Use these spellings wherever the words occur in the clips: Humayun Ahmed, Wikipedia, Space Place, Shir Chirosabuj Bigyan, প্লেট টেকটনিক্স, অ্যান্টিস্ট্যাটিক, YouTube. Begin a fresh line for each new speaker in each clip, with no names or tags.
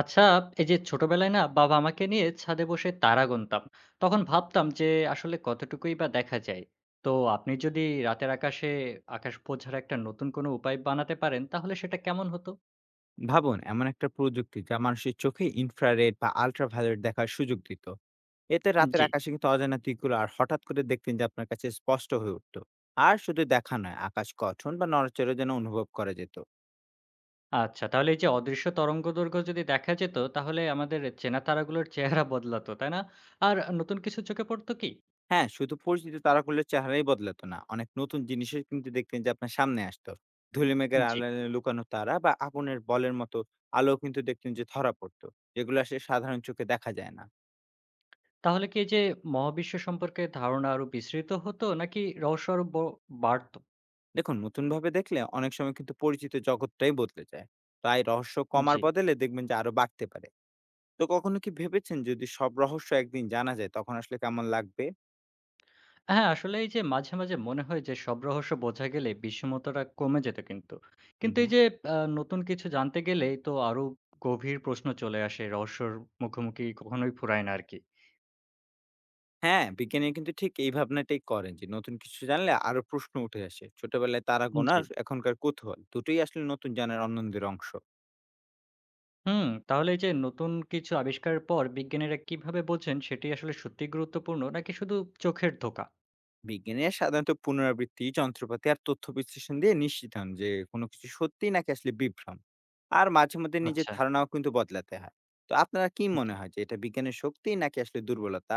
আচ্ছা, এই যে ছোটবেলায় না বাবা আমাকে নিয়ে ছাদে বসে তারা গুনতাম। তখন ভাবতাম যে আসলে কতটুকুই বা দেখা যায়। তো আপনি যদি রাতের আকাশে আকাশ বোঝার একটা নতুন কোনো উপায় বানাতে পারেন তাহলে সেটা কেমন হতো?
ভাবুন, এমন একটা প্রযুক্তি যা মানুষের চোখে ইনফ্রারেড বা আল্ট্রাভায়োলেট দেখার সুযোগ দিত। এতে রাতের
জি।
আকাশে কিন্তু অজানা দিকগুলো আর হঠাৎ করে দেখতেন যে আপনার কাছে স্পষ্ট হয়ে উঠতো। আর শুধু দেখা নয়, আকাশ গঠন বা নড়াচড়া যেন অনুভব করা যেত।
আচ্ছা, তাহলে এই যে অদৃশ্য তরঙ্গদৈর্ঘ্য যদি দেখা যেত তাহলে আমাদের চেনা তারাগুলোর চেহারা বদলাতো, তাই না? আর নতুন কিছু চোখে পড়তো কি?
হ্যাঁ, শুধু পরিচিত তারাগুলোর চেহারাই বদলাতো না, অনেক নতুন জিনিসের কিন্তু দেখতেন যে আপনার সামনে আসতো। ধুলি মেঘের
জি।
আড়ালে লুকানো তারা বা আগুনের বলের মতো আলো কিন্তু দেখতেন যে ধরা পড়তো, যেগুলো আসলে সাধারণ চোখে দেখা যায় না।
তাহলে কি এই যে মহাবিশ্ব সম্পর্কে ধারণা আরো বিস্তৃত হতো নাকি রহস্য আরো বাড়তো?
দেখুন, নতুনভাবে দেখলে অনেক সময় কিন্তু পরিচিত জগৎটাই বদলে যায়। তাই রহস্য কমার
জি।
বদলে দেখবেন যে আরো বাড়তে পারে। তো কখনো কি ভেবেছেন, যদি সব রহস্য একদিন জানা যায় তখন আসলে কেমন লাগবে?
হ্যাঁ, আসলে এই যে মাঝে, মাঝে মনে হয় যে সব রহস্য বোঝা গেলে বিষমতাটা কমে যেত কিন্তু।
হুম
কিন্তু এই
হুম।
যে নতুন কিছু জানতে গেলেই তো আরো গভীর প্রশ্ন চলে আসে। রহস্যর মুখোমুখি কখনোই ফুরায় না আরকি।
হ্যাঁ, বিজ্ঞানীরা কিন্তু ঠিক এই ভাবনাটাই করেন যে নতুন কিছু জানলে আরো প্রশ্ন উঠে আসে। ছোটবেলায় তারা
জি।
গোনার এখনকার কৌতূহল দুটোই আসলে নতুন জানার আনন্দের অংশ।
হুম, তাহলে এই যে নতুন কিছু আবিষ্কারের পর বিজ্ঞানীরা কিভাবে বোঝেন সেটি আসলে সত্যিই গুরুত্বপূর্ণ নাকি শুধু চোখের ধোঁকা?
বিজ্ঞানীরা সাধারণত পুনরাবৃত্তি, যন্ত্রপাতি আর তথ্য বিশ্লেষণ দিয়ে নিশ্চিত হন যে কোনো কিছু সত্যি নাকি আসলে বিভ্রম। আর মাঝে মধ্যে নিজের
আচ্ছা।
ধারণাও কিন্তু বদলাতে হয়। তো আপনারা কি
জি।
মনে হয় যে এটা বিজ্ঞানের শক্তি নাকি আসলে দুর্বলতা?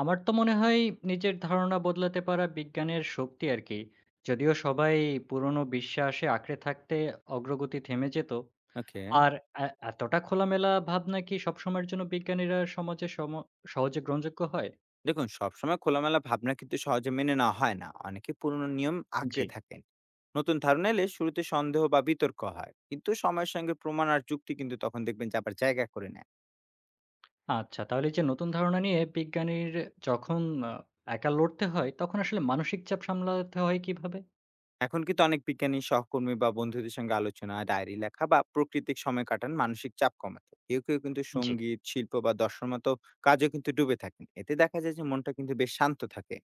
আমার তো মনে হয় নিজের ধারণা বদলাতে পারা বিজ্ঞানের শক্তি আরকি। যদিও সবাই পুরনো বিশ্বাসে আঁকড়ে থাকতে অগ্রগতি থেমে যেত।
ওকে।
আর এতটা খোলামেলা ভাবনা কি সবসময়ের জন্য বিজ্ঞানীরা সমাজে সহজে গ্রহণযোগ্য হয়?
দেখুন, সবসময় খোলামেলা ভাবনা কিন্তু সহজে মেনে নেওয়া হয় না, অনেকে পুরনো নিয়ম
জি।
আঁকড়ে থাকেন। নতুন ধারণা এলে শুরুতে সন্দেহ বা বিতর্ক হয়, কিন্তু সময়ের সঙ্গে প্রমাণ আর যুক্তি কিন্তু তখন দেখবেন যে আবার জায়গা করে নেয়।
আচ্ছা, তাহলে এই যে নতুন ধারণা নিয়ে বিজ্ঞানীর যখন আ একা লড়তে হয়, তখন আসলে মানসিক চাপ সামলাতে হয় কিভাবে?
এখন কিন্তু অনেক বিজ্ঞানী সহকর্মী বা বন্ধুদের সঙ্গে আলোচনা, ডায়েরি লেখা বা প্রাকৃতিক সময় কাটান মানসিক চাপ কমাতে। কেউ কেউ কিন্তু
জি।
সঙ্গীত, শিল্প বা দর্শন মতো কাজও কিন্তু ডুবে থাকেন, এতে দেখা যায় যে মনটা কিন্তু বেশ শান্ত থাকে।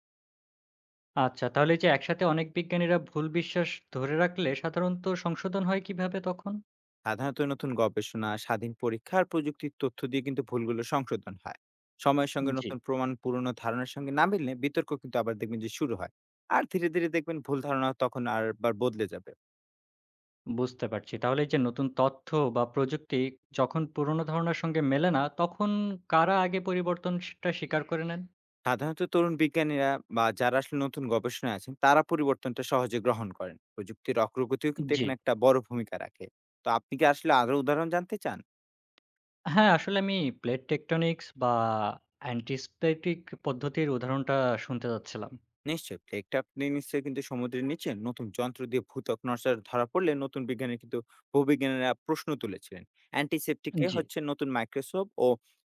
আচ্ছা, তাহলে এই যে একসাথে অনেক বিজ্ঞানীরা ভুল বিশ্বাস ধরে রাখলে সাধারণত সংশোধন হয় কিভাবে তখন?
সাধারণত নতুন গবেষণা, স্বাধীন পরীক্ষা আর প্রযুক্তির তথ্য দিয়ে কিন্তু ভুলগুলো সংশোধন হয়। সময়ের সঙ্গে
জি।
নতুন প্রমাণ পুরনো ধারণার সঙ্গে না মিললে বিতর্ক কিন্তু আবার দেখবেন যে শুরু হয়। আর ধীরে ধীরে দেখবেন ভুল ধারণা তখন আর আবার বদলে যাবে।
বুঝতে পারছি। তাহলে এই যে নতুন তথ্য বা প্রযুক্তি যখন পুরনো ধারণার সঙ্গে মেলে না, তখন কারা আগে পরিবর্তনটা স্বীকার করে নেন?
সাধারণত তরুণ বিজ্ঞানীরা বা যারা আসলে নতুন গবেষণায় আছেন তারা পরিবর্তনটা সহজে গ্রহণ করেন। প্রযুক্তির অগ্রগতিও কিন্তু
জি।
এখানে একটা বড় ভূমিকা রাখে। তো আপনি কি আসলে আরো উদাহরণ জানতে চান?
হ্যাঁ, আসলে আমি প্লেট টেকটনিক্স বা অ্যান্টিস্ট্যাটিক পদ্ধতির উদাহরণটা শুনতে চাচ্ছিলাম।
নিশ্চয়ই। প্লেগটা আপনি নিশ্চয়ই কিন্তু সমুদ্রের নিচে নতুন যন্ত্র দিয়ে ভূতক নড়চড় ধরা পড়লে নতুন বিজ্ঞানী কিন্তু ভূবিজ্ঞানীরা প্রশ্ন তুলেছিলেন। অ্যান্টিসেপ্টিকে
জি।
হচ্ছে নতুন মাইক্রোস্কোপ ও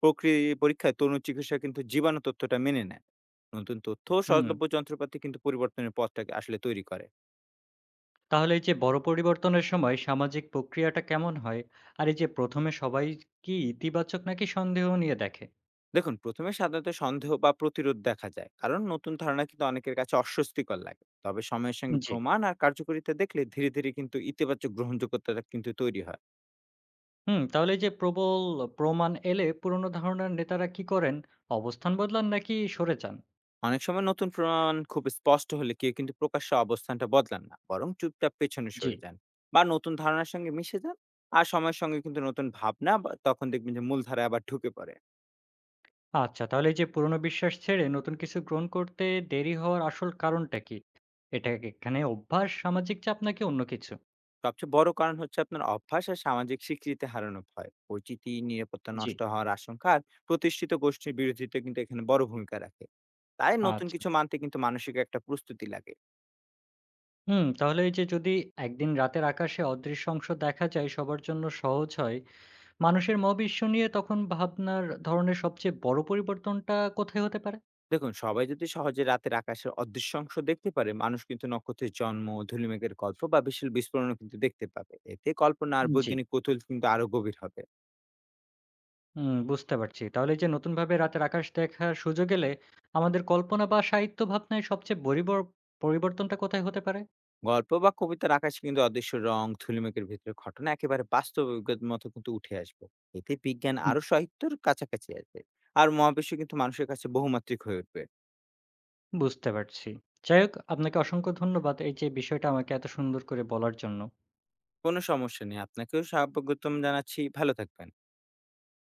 প্রক্রিয়া পরীক্ষায় তরুণ চিকিৎসা কিন্তু জীবাণু তথ্যটা মেনে নেন। নতুন তথ্য ও
হুম।
সহজলভ্য যন্ত্রপাতি কিন্তু পরিবর্তনের পথটাকে আসলে তৈরি করে।
তাহলে এই যে বড় পরিবর্তনের সময় সামাজিক প্রক্রিয়াটা কেমন হয়? আর এই যে ১ম এ সবাই কি ইতিবাচক নাকি সন্দেহ নিয়ে দেখে?
দেখুন, প্রথমে সাধারণত সন্দেহ বা প্রতিরোধ দেখা যায়, কারণ নতুন ধারণা কিন্তু অনেকের কাছে অস্বস্তিকর লাগে। তবে সময়ের সঙ্গে
জি।
প্রমাণ আর কার্যকারিতা দেখলে ধীরে ধীরে কিন্তু ইতিবাচক গ্রহণযোগ্যতাটা কিন্তু তৈরি হয়।
হুম, তাহলে এই যে প্রবল প্রমাণ এলে পুরনো ধারণার নেতারা কি করেন? অবস্থান বদলান নাকি সরে যান?
অনেক সময় নতুন প্রমাণ খুব স্পষ্ট হলে কেউ কিন্তু প্রকাশ্য অবস্থানটা বদলান না, বরং চুপচাপ পেছনে
জি।
সরে যান বা নতুন ধারণার সঙ্গে মিশে যান। আর সময়ের সঙ্গে কিন্তু নতুন ভাবনা বা তখন দেখবেন যে মূলধারায় আবার ঢুকে পড়ে।
আচ্ছা, তাহলে এই যে পুরনো বিশ্বাস ছেড়ে নতুন কিছু গ্রহণ করতে দেরি হওয়ার আসল কারণটা কি? এটা কি এখানে অভ্যাস, সামাজিক চাপ নাকি অন্য কিছু?
সবচেয়ে বড় কারণ হচ্ছে আপনার অভ্যাস আর সামাজিক স্বীকৃতি হারানো ভয়, পরিচিতি নিরাপত্তা
জি।
নষ্ট হওয়ার আশঙ্কা আর প্রতিষ্ঠিত গোষ্ঠীর বিরোধিতা কিন্তু এখানে বড় ভূমিকা রাখে। তাই নতুন
আচ্ছা।
কিছু মানতে কিন্তু মানসিক একটা প্রস্তুতি লাগে।
হুম, তাহলে এই যে যদি একদিন রাতের আকাশে অদৃশ্য অংশ দেখা যায় সবার জন্য সহজ হয়, মানুষের মহাবিশ্ব নিয়ে তখন ভাবনার ধরনের সবচেয়ে বড় পরিবর্তনটা কোথায় হতে পারে?
দেখুন, সবাই যদি সহজে রাতের আকাশের অদৃশ্য অংশ দেখতে পারে, মানুষ কিন্তু নক্ষত্রের জন্ম, ধূলিমেঘের গল্প বা বিশাল বিস্ফোরণ কিন্তু দেখতে পাবে। এতে কল্পনা আর
জি।
বৈজ্ঞানিক কৌতূহল কিন্তু আরো গভীর হবে।
হুম, বুঝতে পারছি। তাহলে এই যে নতুনভাবে রাতের আকাশ দেখার সুযোগ এলে আমাদের কল্পনা বা সাহিত্য ভাবনায় সবচেয়ে বড় বড় পরিবর্তনটা কোথায় হতে পারে?
গল্প বা কবিতার আকাশে কিন্তু অদৃশ্য রং, থুলিমেকের ভিতরে ঘটনা একেবারে বাস্তব অভিজ্ঞতার মতো কিন্তু উঠে আসবে। এতে বিজ্ঞান আরো সাহিত্যের কাছাকাছি আসবে। আর মহাবিশ্ব কিন্তু মানুষের কাছে বহুমাত্রিক হয়ে উঠবে।
বুঝতে পারছি। যাই হোক, আপনাকে অসংখ্য ধন্যবাদ এই যে বিষয়টা আমাকে এত সুন্দর করে বলার জন্য।
কোনো সমস্যা নেই, আপনাকেও স্বাগতম জানাচ্ছি। ভালো থাকবেন।